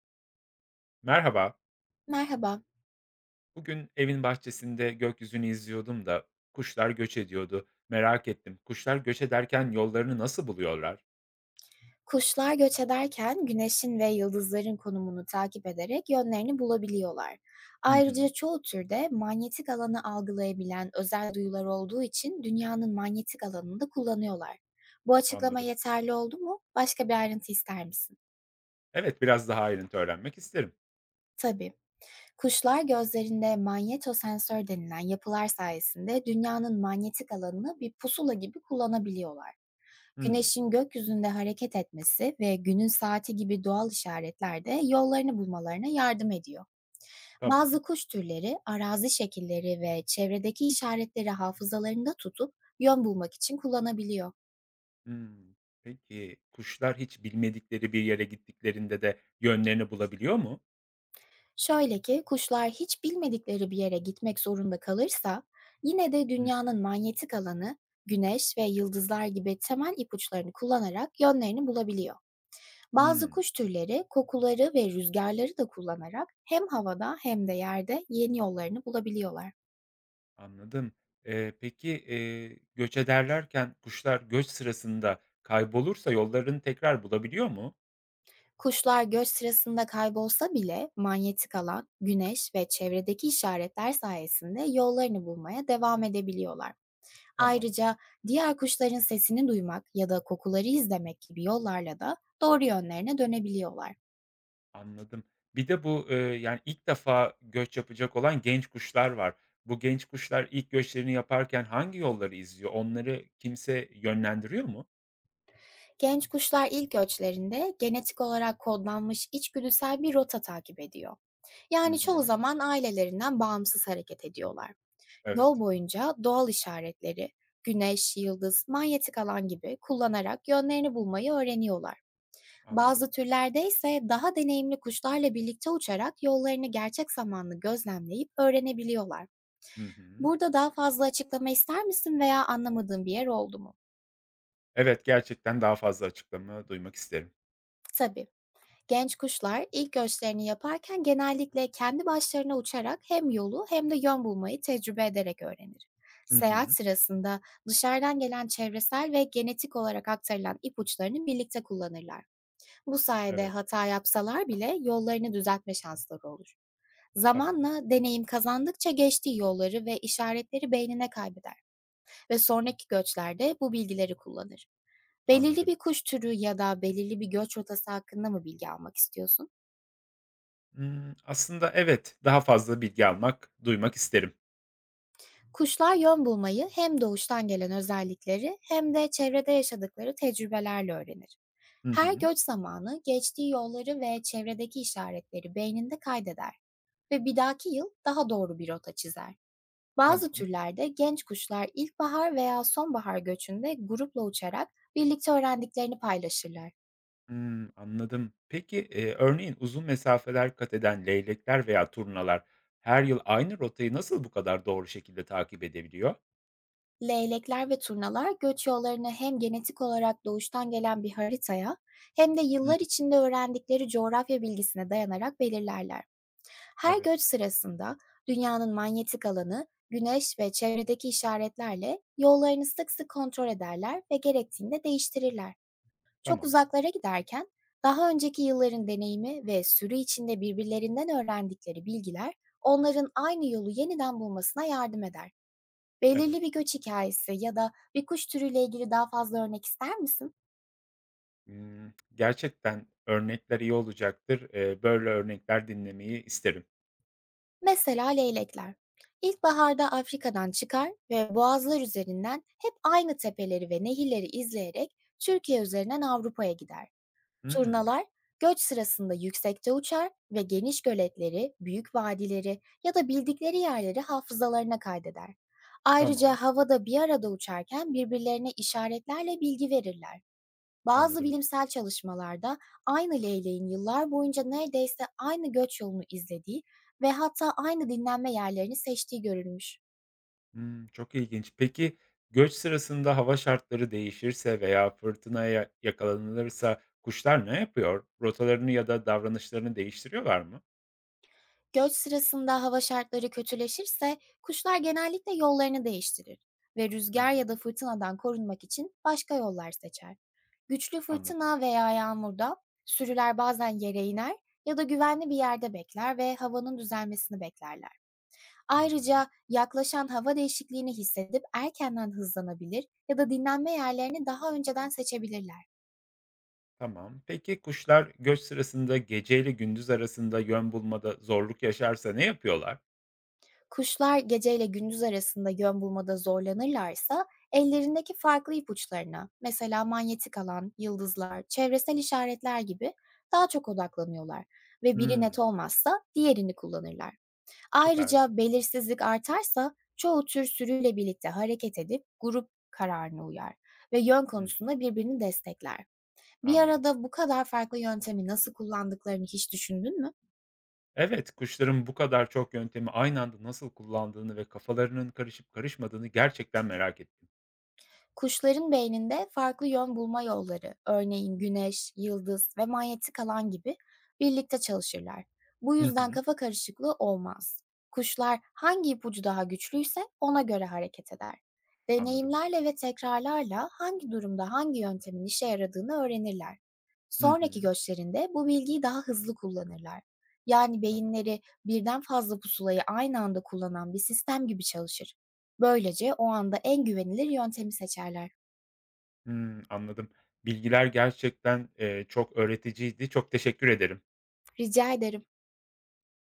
Merhaba. Merhaba. Bugün evin bahçesinde gökyüzünü izliyordum da kuşlar göç ediyordu. Merak ettim. Kuşlar göç ederken yollarını nasıl buluyorlar? Kuşlar göç ederken güneşin ve yıldızların konumunu takip ederek yönlerini bulabiliyorlar. Hı Ayrıca hı, çoğu türde manyetik alanı algılayabilen özel duyular olduğu için dünyanın manyetik alanını da kullanıyorlar. Bu açıklama anladım. yeterli oldu mu? Başka bir ayrıntı ister misin? Evet, biraz daha ayrıntı öğrenmek isterim. Tabii. Kuşlar gözlerinde manyetosensör denilen yapılar sayesinde dünyanın manyetik alanını bir pusula gibi kullanabiliyorlar. Hmm, Güneşin gökyüzünde hareket etmesi ve günün saati gibi doğal işaretler de yollarını bulmalarına yardım ediyor. Bazı tamam. kuş türleri arazi şekilleri ve çevredeki işaretleri hafızalarında tutup yön bulmak için kullanabiliyor. Hmm, peki kuşlar hiç bilmedikleri bir yere gittiklerinde de yönlerini bulabiliyor mu? Şöyle ki kuşlar hiç bilmedikleri bir yere gitmek zorunda kalırsa yine de Hı, dünyanın manyetik alanı, güneş ve yıldızlar gibi temel ipuçlarını kullanarak yönlerini bulabiliyor. Bazı hmm, kuş türleri kokuları ve rüzgarları da kullanarak hem havada hem de yerde yeni yollarını bulabiliyorlar. anladım. Ee, peki e, Göç ederlerken kuşlar göç sırasında kaybolursa yollarını tekrar bulabiliyor mu? Kuşlar göç sırasında kaybolsa bile manyetik alan, güneş ve çevredeki işaretler sayesinde yollarını bulmaya devam edebiliyorlar. Tamam. Ayrıca diğer kuşların sesini duymak ya da kokuları izlemek gibi yollarla da doğru yönlerine dönebiliyorlar. Anladım. Bir de ilk defa göç yapacak olan genç kuşlar var. Bu genç kuşlar ilk göçlerini yaparken hangi yolları izliyor? Onları kimse yönlendiriyor mu? Genç kuşlar ilk göçlerinde genetik olarak kodlanmış içgüdüsel bir rota takip ediyor. Hı Yani çoğu hı. zaman ailelerinden bağımsız hareket ediyorlar. Yol Evet, boyunca doğal işaretleri, güneş, yıldız, manyetik alan gibi kullanarak yönlerini bulmayı öğreniyorlar. anladım. Bazı türlerde ise daha deneyimli kuşlarla birlikte uçarak yollarını gerçek zamanlı gözlemleyip öğrenebiliyorlar. Hı hı. Burada daha fazla açıklama ister misin veya anlamadığın bir yer oldu mu? Evet, gerçekten daha fazla açıklama duymak isterim. Tabii. Genç kuşlar ilk göçlerini yaparken genellikle kendi başlarına uçarak hem yolu hem de yön bulmayı tecrübe ederek öğrenir. Hı Seyahat hı. sırasında dışarıdan gelen çevresel ve genetik olarak aktarılan ipuçlarını birlikte kullanırlar. Bu sayede Evet, hata yapsalar bile yollarını düzeltme şansları olur. tamam, Zamanla deneyim kazandıkça geçtiği yolları ve işaretleri beynine kaybeder ve sonraki göçlerde bu bilgileri kullanır. Belirli anladım. bir kuş türü ya da belirli bir göç rotası hakkında mı bilgi almak istiyorsun? Aslında evet, daha fazla bilgi almak, duymak isterim. Kuşlar yön bulmayı hem doğuştan gelen özellikleri hem de çevrede yaşadıkları tecrübelerle öğrenir. Hı Her hı. göç zamanı geçtiği yolları ve çevredeki işaretleri beyninde kaydeder ve bir dahaki yıl daha doğru bir rota çizer. Bazı Tamam. türlerde genç kuşlar ilkbahar veya sonbahar göçünde grupla uçarak birlikte öğrendiklerini paylaşırlar. Hımm, anladım. Peki, örneğin uzun mesafeler kat eden leylekler veya turnalar her yıl aynı rotayı nasıl bu kadar doğru şekilde takip edebiliyor? Leylekler ve turnalar göç yollarını hem genetik olarak doğuştan gelen bir haritaya hem de Hı, yıllar içinde öğrendikleri coğrafya bilgisine dayanarak belirlerler. Her göç evet, sırasında dünyanın manyetik alanı, güneş ve çevredeki işaretlerle yollarını sık sık kontrol ederler ve gerektiğinde değiştirirler. Çok tamam, uzaklara giderken daha önceki yılların deneyimi ve sürü içinde birbirlerinden öğrendikleri bilgiler onların aynı yolu yeniden bulmasına yardım eder. Belirli evet. bir göç hikayesi ya da bir kuş türüyle ilgili daha fazla örnek ister misin? Gerçekten örnekler iyi olacaktır. Böyle örnekler dinlemeyi isterim. Mesela leylekler. İlkbaharda Afrika'dan çıkar ve boğazlar üzerinden hep aynı tepeleri ve nehirleri izleyerek Türkiye üzerinden Avrupa'ya gider. Hımm, Turnalar göç sırasında yüksekte uçar ve geniş göletleri, büyük vadileri ya da bildikleri yerleri hafızalarına kaydeder. Ayrıca tamam, havada bir arada uçarken birbirlerine işaretlerle bilgi verirler. Bazı anladım. bilimsel çalışmalarda aynı leyleğin yıllar boyunca neredeyse aynı göç yolunu izlediği ve hatta aynı dinlenme yerlerini seçtiği görülmüş. Hımm, çok ilginç. Peki, göç sırasında hava şartları değişirse veya fırtınaya yakalanılırsa kuşlar ne yapıyor? Rotalarını ya da davranışlarını değiştiriyorlar mı? Göç sırasında hava şartları kötüleşirse kuşlar genellikle yollarını değiştirir ve Hı rüzgar ya da hı. fırtınadan korunmak için başka yollar seçer. Güçlü Anladım. fırtına veya yağmurda sürüler bazen yere iner ya da güvenli bir yerde bekler ve havanın düzelmesini beklerler. Hı hı. Ayrıca yaklaşan hava değişikliğini hissedip erkenden hızlanabilir ya da dinlenme yerlerini daha önceden seçebilirler. Tamam. Peki kuşlar göç sırasında gece ile gündüz arasında yön bulmada zorluk yaşarsa ne yapıyorlar? Kuşlar geceyle gündüz arasında yön bulmada zorlanırlarsa ellerindeki farklı ipuçlarına, mesela manyetik alan, yıldızlar, çevresel işaretler gibi, daha çok odaklanıyorlar ve biri net Hımm, olmazsa diğerini kullanırlar. süper. Ayrıca belirsizlik artarsa çoğu tür sürüyle birlikte hareket edip grup kararına uyar ve yön Hıh, konusunda birbirini destekler. Bir anladım. arada bu kadar farklı yöntemi nasıl kullandıklarını hiç düşündün mü? Evet, kuşların bu kadar çok yöntemi aynı anda nasıl kullandığını ve kafalarının karışıp karışmadığını gerçekten merak ettim. Kuşların beyninde farklı yön bulma yolları, örneğin güneş, yıldız ve manyetik alan gibi, birlikte çalışırlar. Bu Hı yüzden hı, kafa karışıklığı olmaz. Kuşlar hangi ipucu daha güçlüyse ona göre hareket eder. anladım. Deneyimlerle ve tekrarlarla hangi durumda hangi yöntemin işe yaradığını öğrenirler. Hı Sonraki hı, göçlerinde bu bilgiyi daha hızlı kullanırlar. Yani tamam. beyinleri birden fazla pusulayı aynı anda kullanan bir sistem gibi çalışır. Böylece o anda en güvenilir yöntemi seçerler. Hımm, anladım. Bilgiler gerçekten çok öğreticiydi. Çok teşekkür ederim. Rica ederim.